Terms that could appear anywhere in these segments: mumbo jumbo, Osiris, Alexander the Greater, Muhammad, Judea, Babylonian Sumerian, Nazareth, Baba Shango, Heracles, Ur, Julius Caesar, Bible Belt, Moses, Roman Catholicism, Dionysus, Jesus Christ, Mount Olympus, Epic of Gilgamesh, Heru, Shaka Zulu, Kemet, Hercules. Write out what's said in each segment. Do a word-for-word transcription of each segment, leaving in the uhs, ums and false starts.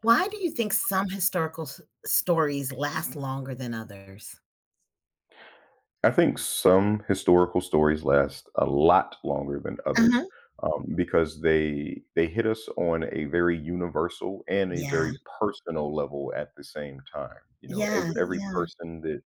Why do you think some historical s stories last longer than others? I think some historical stories last a lot longer than others Uh-huh. um, because they they hit us on a very universal and a Yeah. very personal level at the same time. You know, Yeah, every, every yeah. person that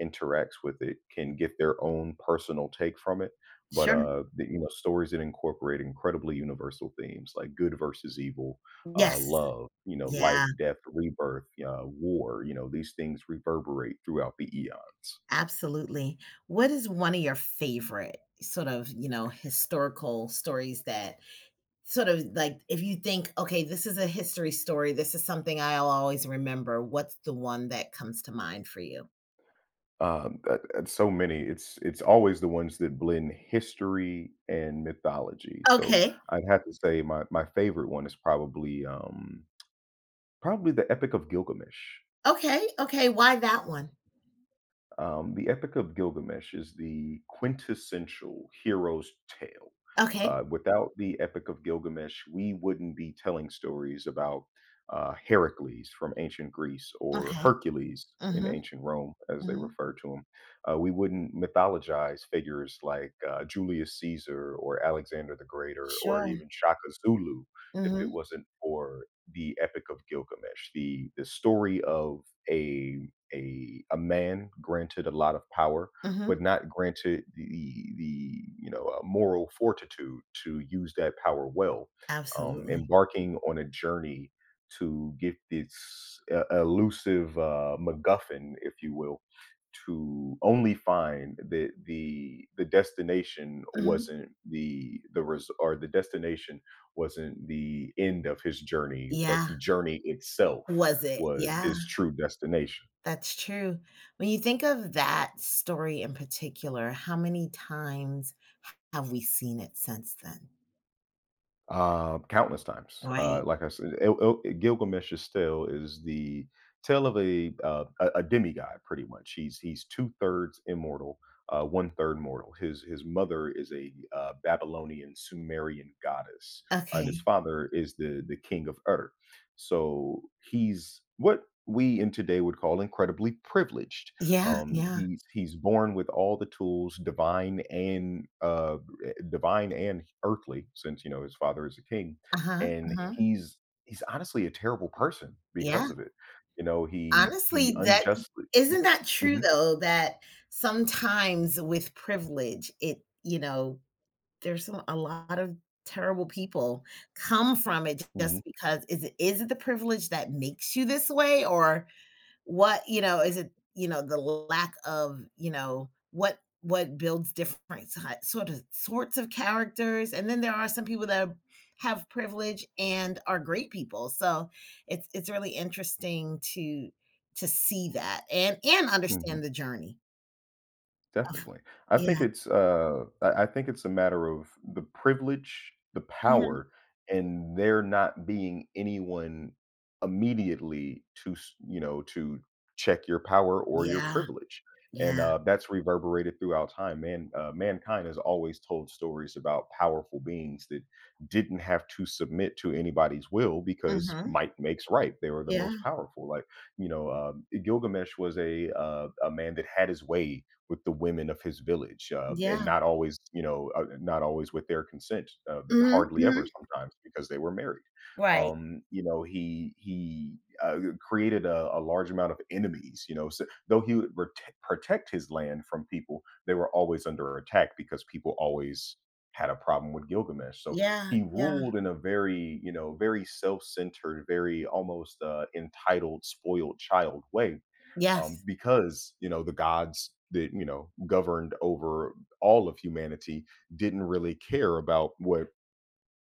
interacts with it can get their own personal take from it. But Sure. uh, the, you know, stories that incorporate incredibly universal themes like good versus evil, uh, Yes. love, you know, Yeah, life, death, rebirth, uh, war. You know, these things reverberate throughout the eons. absolutely. What is one of your favorite sort of, you know, historical stories that sort of, like, if you think, "Okay, this is a history story, this is something I'll always remember," what's the one that comes to mind for you? Um, uh, uh, so many. It's it's always the ones that blend history and mythology. So Okay. I'd have to say my my favorite one is probably um, probably the Epic of Gilgamesh. Okay, okay, why that one? Um, the Epic of Gilgamesh is the quintessential hero's tale. Okay, Uh, without the Epic of Gilgamesh, we wouldn't be telling stories about uh, Heracles from ancient Greece or okay. Hercules in Mhm, ancient Rome, as they mhm. refer to him. Uh, we wouldn't mythologize figures like uh, Julius Caesar or Alexander the Greater or Sure. even Shaka Zulu if it Mhm, wasn't for the Epic of Gilgamesh, the, the story of a a a man granted a lot of power, mhm. but not granted the the you know uh, moral fortitude to use that power well. Um, Absolutely. Embarking on a journey to get this uh, elusive uh, MacGuffin, if you will, to only find that the the destination Mhm. wasn't the the res- or the destination wasn't the end of his journey, but Yeah. the journey itself Was it? was Yeah, his true destination. that's true. When you think of that story in particular, how many times have we seen it since then? Uh, countless times. Uh, Right? Like I said, Il Il Gilgamesh is still is the tale of a, uh, a a demigod, pretty much. He's he's two thirds immortal, uh, one third mortal. His his mother is a uh, Babylonian Sumerian goddess, and his Okay. father is the the king of Ur. So he's what we in today would call incredibly privileged. Yeah, Um, yeah. he's he's born with all the tools, divine and um eh, divine and earthly, since you know his father is a king, Uh-huh, and uh-huh. he's he's honestly a terrible person Yeah. because of it. You know, he he Honestly, that unjustly. isn't that true hmm though that sometimes with privilege, it you know, there's some a lot of terrible people come from it hmm just because is it is it the privilege that makes you this way, or what, you know, is it, you know, the lack of, you know, what what builds different si sort of sorts of characters, and then there are some people that have privilege and are great people, so it's it's really interesting to to see that and and hmm understand the journey of. Definitely. I think Yeah. it's, uh, I I think it's a matter of the privilege, the Mhm. power, and there not being anyone immediately to, s- you know, to check your power or your Yeah, privilege. And yeah. uh, that's reverberated throughout time. Man, uh, mankind has always told stories about powerful beings that didn't have to submit to anybody's will because Mhm. might makes right. They were the Yeah, most powerful. Like you know, um, Gilgamesh was a uh, a man that had his way with the women of his village, uh, and yeah. not always, you know, uh, not always with their consent, uh, but Mhm, hardly ever mhm. sometimes because they were married. Right. Um, you know, he he uh, created a, a large amount of enemies. You know, so, though he would prote- protect his land from people, they were always under attack because people always had a problem with Gilgamesh. So Yeah, he yeah. ruled in a very, you know, very self-centered, very almost uh, entitled, spoiled child way um, Yes. because you know the gods that you know governed over all of humanity didn't really care about what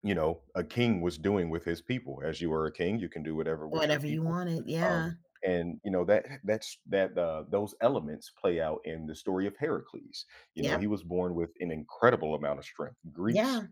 you know a king was doing with his people, as you are a king you can do whatever with your Whatever you people. wanted, um, yeah. and you know that that's that uh, those elements play out in the story of Heracles. You know, he Yep. was born with an incredible amount of strength. Greeks Yeah.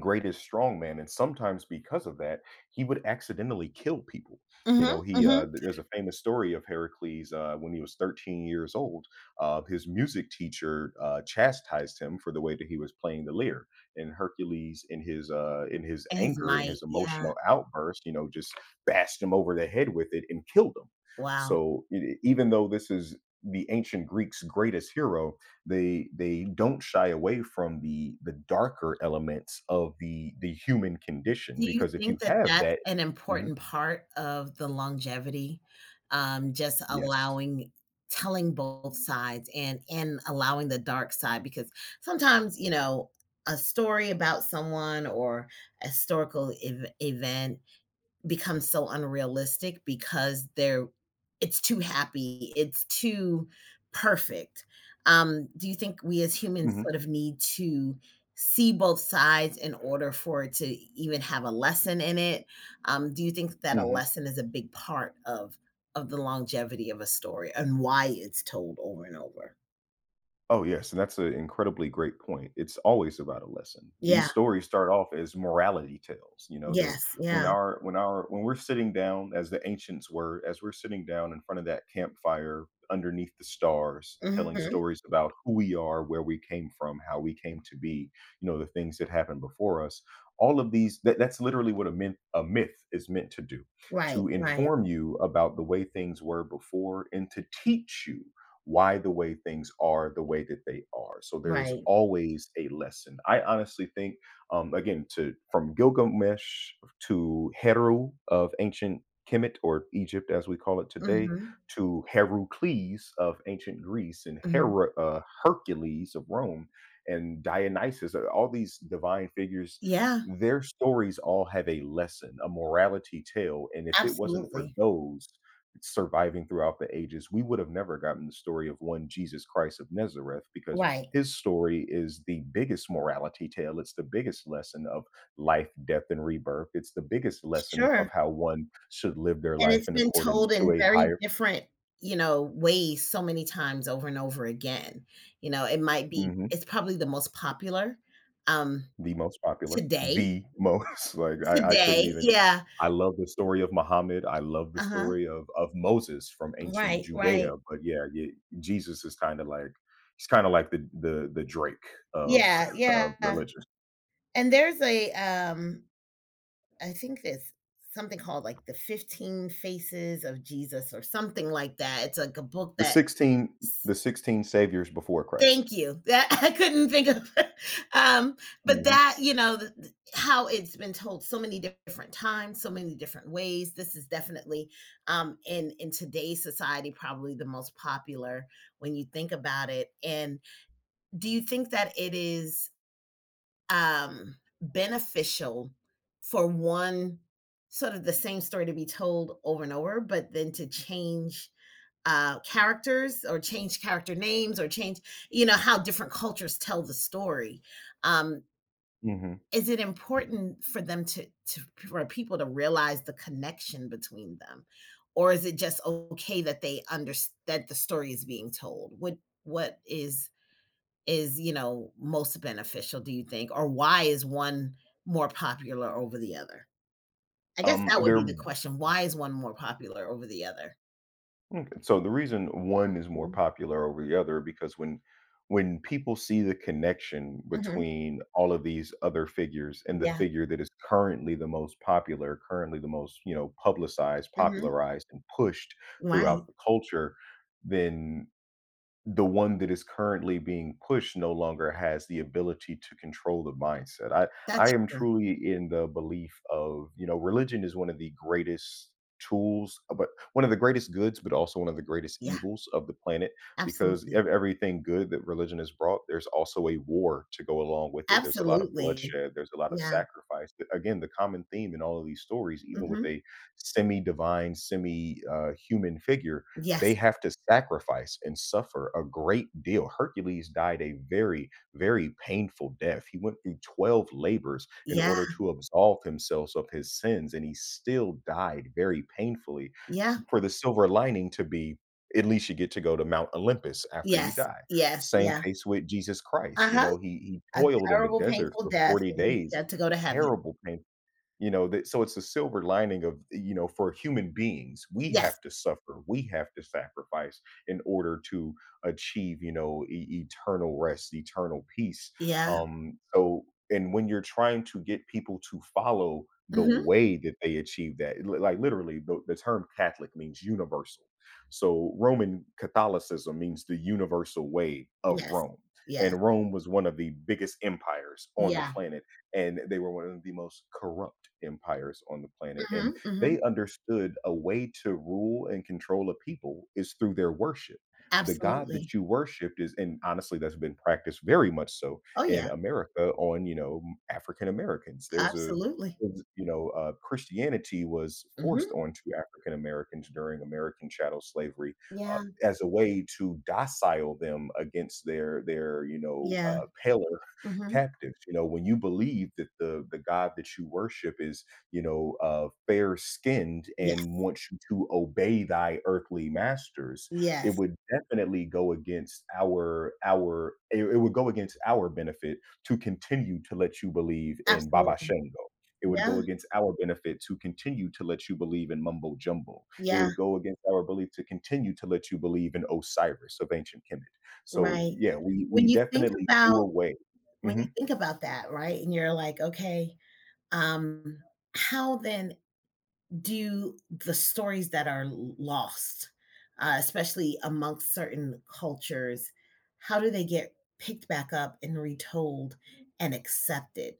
greatest strongman, and sometimes because of that, he would accidentally kill people. You Mhm, know, he uh, mhm. th- there's a famous story of Heracles uh, when he was thirteen years old. Uh, his music teacher uh, chastised him for the way that he was playing the lyre, and Hercules, in his uh, in his His anger, in might, his yeah, emotional outburst, you know, just bashed him over the head with it and killed him. wow. So, e- e, even though this is the ancient Greeks' greatest hero, they they don't shy away from the the darker elements of the the human condition Do you because if you think that have that's that. an Mhm. important part of the longevity? Um, just Yes. allowing telling both sides and and allowing the dark side, because sometimes, you know, a story about someone or a historical ev event becomes so unrealistic because they're it's too happy, it's too perfect. Um, do you think we as humans hmm sort of need to see both sides in order for it to even have a lesson in it? Um, do you think that a lesson is a big part of of the longevity of a story and why it's told over and over? Oh, yes, and that's an incredibly great point. It's always about a lesson. These Yeah. stories start off as morality tales, you know, that Yes. when Yeah. our when our when we're sitting down as the ancients were, as we're sitting down in front of that campfire underneath the stars, telling Mhm. stories about who we are, where we came from, how we came to be, you know, the things that happened before us. All of these that, that's literally what a myth a myth is meant to do, Right. to Right. inform you about the way things were before and to teach you why the way things are the way that they are. So there's Right. always a lesson. I honestly think, um, again, to from Gilgamesh to Heru of ancient Kemet or Egypt, as we call it today, Mhm. to Heracles of ancient Greece and Mhm. Hera, uh, Hercules of Rome and Dionysus, uh, all these divine figures, Yeah. their stories all have a lesson, a morality tale. And if it wasn't for Absolutely. those surviving throughout the ages, we would have never gotten the story of one Jesus Christ of Nazareth because Right. his story is the biggest morality tale. It's the biggest lesson of life, death, and rebirth. It's the biggest lesson of Sure, how one should live their and life it's in been accordance told to in a very higher. different, you know, ways so many times over and over again, you know, it might be Mhm. it's probably the most popular, um, The most popular, today the most, like, I I couldn't today, even, yeah, I love the story of Muhammad, I love the uh-huh, story of of Moses from ancient right, Judea, right, but yeah, yeah, Jesus is kinda like, he's kinda like the the the Drake of yeah, of yeah, religion. and there's a, um, I think there's something called, like, The fifteen Faces of Jesus or something like that, it's like a book The that. sixteen, the sixteen saviors before Christ. Thank you. That I couldn't think of, um, but Mhm, that you know how it's been told so many different times, so many different ways. This is definitely um, in in today's society probably the most popular when you think about it. And do you think that it is um, beneficial for one sort of the same story to be told over and over, but then to change uh, characters or change character names or change, you know, how different cultures tell the story? Um, mhm. is it important for them to, to for people to realize the connection between them, or is it just okay that they understand that the story is being told? What what is is you know most beneficial? Do you think, or why is one more popular over the other? I guess Um, that would be they're the question. Why is one more popular over the other? Okay. So the reason one is more Mhm. popular over the other because when when people see the connection Mhm. between all of these other figures and the Yeah. figure that is currently the most popular, currently the most, you know, publicized, Mhm. popularized and pushed throughout Why? the culture, then the one that is currently being pushed no longer has the ability to control the mindset. I I That's am true. truly in the belief of, you know, religion is one of the greatest tools, uh, but one of the greatest goods, but also one of the greatest Yeah, evils of the planet because absolutely. ev- everything good that religion has brought, there's also a war to go along with it. There's a lot of Absolutely. bloodshed, there's a lot of Yeah. sacrifice. But again, the common theme in all of these stories, even with Mhm. a semi divine, semi uh, human figure, they Yes. have to sacrifice and suffer a great deal. Hercules died a very, very painful death. He went through twelve labors in Yeah, order to absolve himself of his sins, and he still died very painfully. yeah, For the silver lining to be, at least you get to go to Mount Olympus after you yes, die. yes, Same yeah. case with Jesus Christ. You Uh-huh. know, he he A toiled in the terrible, desert painful for death, forty and he days, got to go to heaven. terrible pain. You know, that so it's a silver lining of, you know, for human beings, we Yes. have to suffer, we have to sacrifice in order to achieve, you know, e- eternal rest, eternal peace. Yeah. Um, so and when you're trying to get people to follow the Mhm. way that they achieve that, li- like literally the, the term Catholic means universal. So Roman Catholicism means the universal way of Yes. Rome. Yeah. And Rome was one of the biggest empires on the Yeah. planet, and they were one of the most corrupt empires on the planet, Mhm, and they mhm. understood a way to rule and control a people is through their worship. The god that Absolutely. you worshiped is, and honestly that's been practiced very much so Oh, in yeah. America on, you know, African Americans. There's a, Absolutely. you know, uh, Christianity was forced Mhm. onto African Americans during American chattel slavery uh, Yeah. as a way to docile them against their their you know Yeah. uh, paler Mhm. captives. You know, when you believe that the the God that you worship is, you know, uh, fair skinned and Yes. wants you to obey thy earthly masters, it Yes. would definitely go against our our it, it would go against our benefit to continue to let you believe in Baba Absolutely. Shango. It would go Yeah. against our benefit to continue to let you believe in mumbo jumbo. It Yeah. would go against our belief to continue to let you believe in Osiris of ancient Kemet. So Right. yeah, we we When you think definitely about do away. When you Mhm. think about that, right, and you're like, "Okay, um, how then do the stories that are l lost, uh, especially amongst certain cultures, how do they get picked back up and retold and accepted?"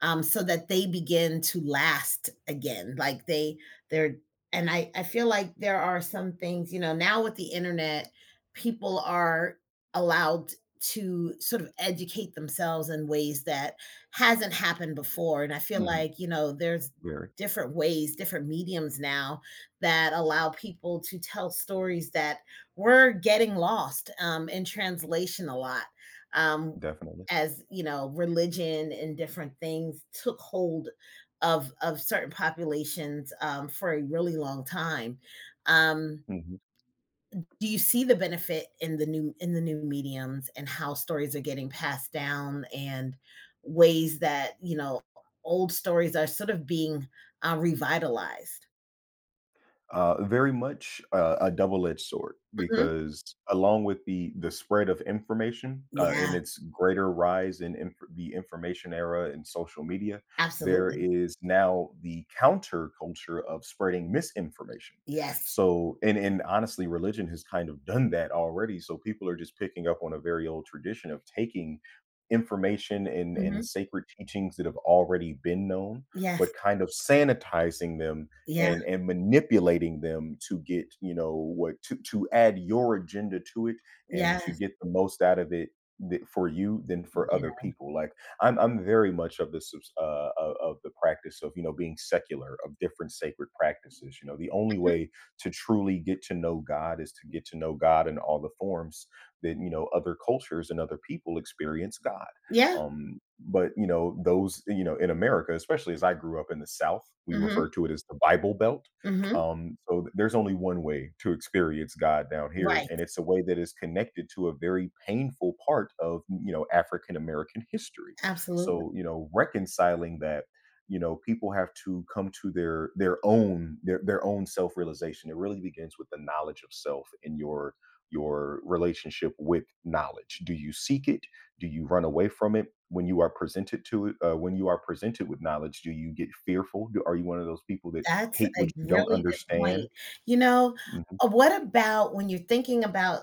um, so that they begin to last again. Like they, they're, and I, I feel like there are some things, you know, now with the internet, people are allowed to sort of educate themselves in ways that hasn't happened before. And I feel Mhm. like, you know, there's Very. different ways, different mediums now that allow people to tell stories that were getting lost um, in translation a lot. Um, Definitely. as you know, religion and different things took hold of of certain populations um, for a really long time. Um, Mhm. do you see the benefit in the new in the new mediums and how stories are getting passed down and ways that you know old stories are sort of being uh, revitalized? Uh, very much a a double-edged sword Mhm. because along with the the spread of information, uh, and Yeah, its greater rise in inf the information era and social media, there absolutely. is now the counterculture of spreading misinformation. Yes. So and and honestly, religion has kind of done that already, so people are just picking up on a very old tradition of taking information and and Hmm. sacred teachings that have already been known, but Yes. kind of sanitizing them Yeah. and and manipulating them to get, you know, what to to add your agenda to it and to Yes. get the most out of it th- for you than for other Yeah. people. Like i'm i'm very much of the subs- uh of of the practice of, you know, being secular of different sacred practices. You know, the only Mhm. way to truly get to know God is to get to know God in all the forms that, you know, other cultures and other people experience God. Yeah. Um, but you know, those, you know, in America, especially as I grew up in the South, we refer Hmm. to it as the Bible Belt. Hmm. Um, so th- there's only one way to experience God down here, Right. and it's a way that is connected to a very painful part of, you know, African American history. Absolutely. So you know, reconciling that, you know, people have to come to their their own their, their own self-realization. It really begins with the knowledge of self and your your relationship with knowledge. Do you seek it, do you run away from it when you are presented to it? Uh, when you are presented with knowledge, do you get fearful? Do, are you one of those people that That's hate what a you don't really good understand? point. You know, Mhm. uh, what about when you're thinking about,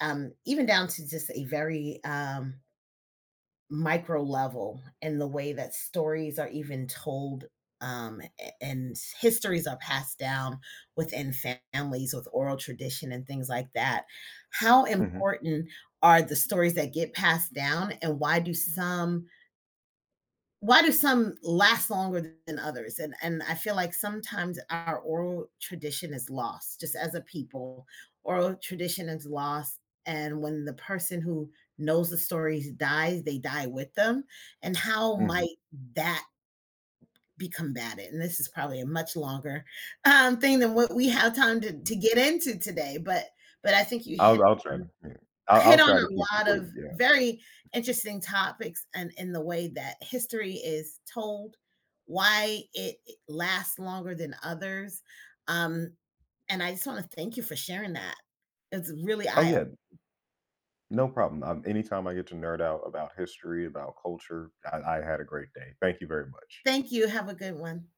um, even down to just a very um, micro level in the way that stories are even told, um, a- and histories are passed down within families with oral tradition and things like that? How Mhm, important are the stories that get passed down, and why do some why do some last longer than others? And and I feel like sometimes our oral tradition is lost, just as a people, oral tradition is lost, and when the person who knows the stories dies, they die with them. And how mhm. might that be combated? And this is probably a much longer um, thing than what we have time to, to get into today. But but I think you I'll hit I'll try to, yeah. I'll I'll hit on try to a keep it lot quick, of yeah. very interesting topics and in the way that history is told, why it lasts longer than others. Um, and I just want to thank you for sharing that. It's really Oh, eye yeah. opening. No problem. Um, anytime I get to nerd out about history, about culture, I, I had a great day. Thank you very much. Thank you. Have a good one.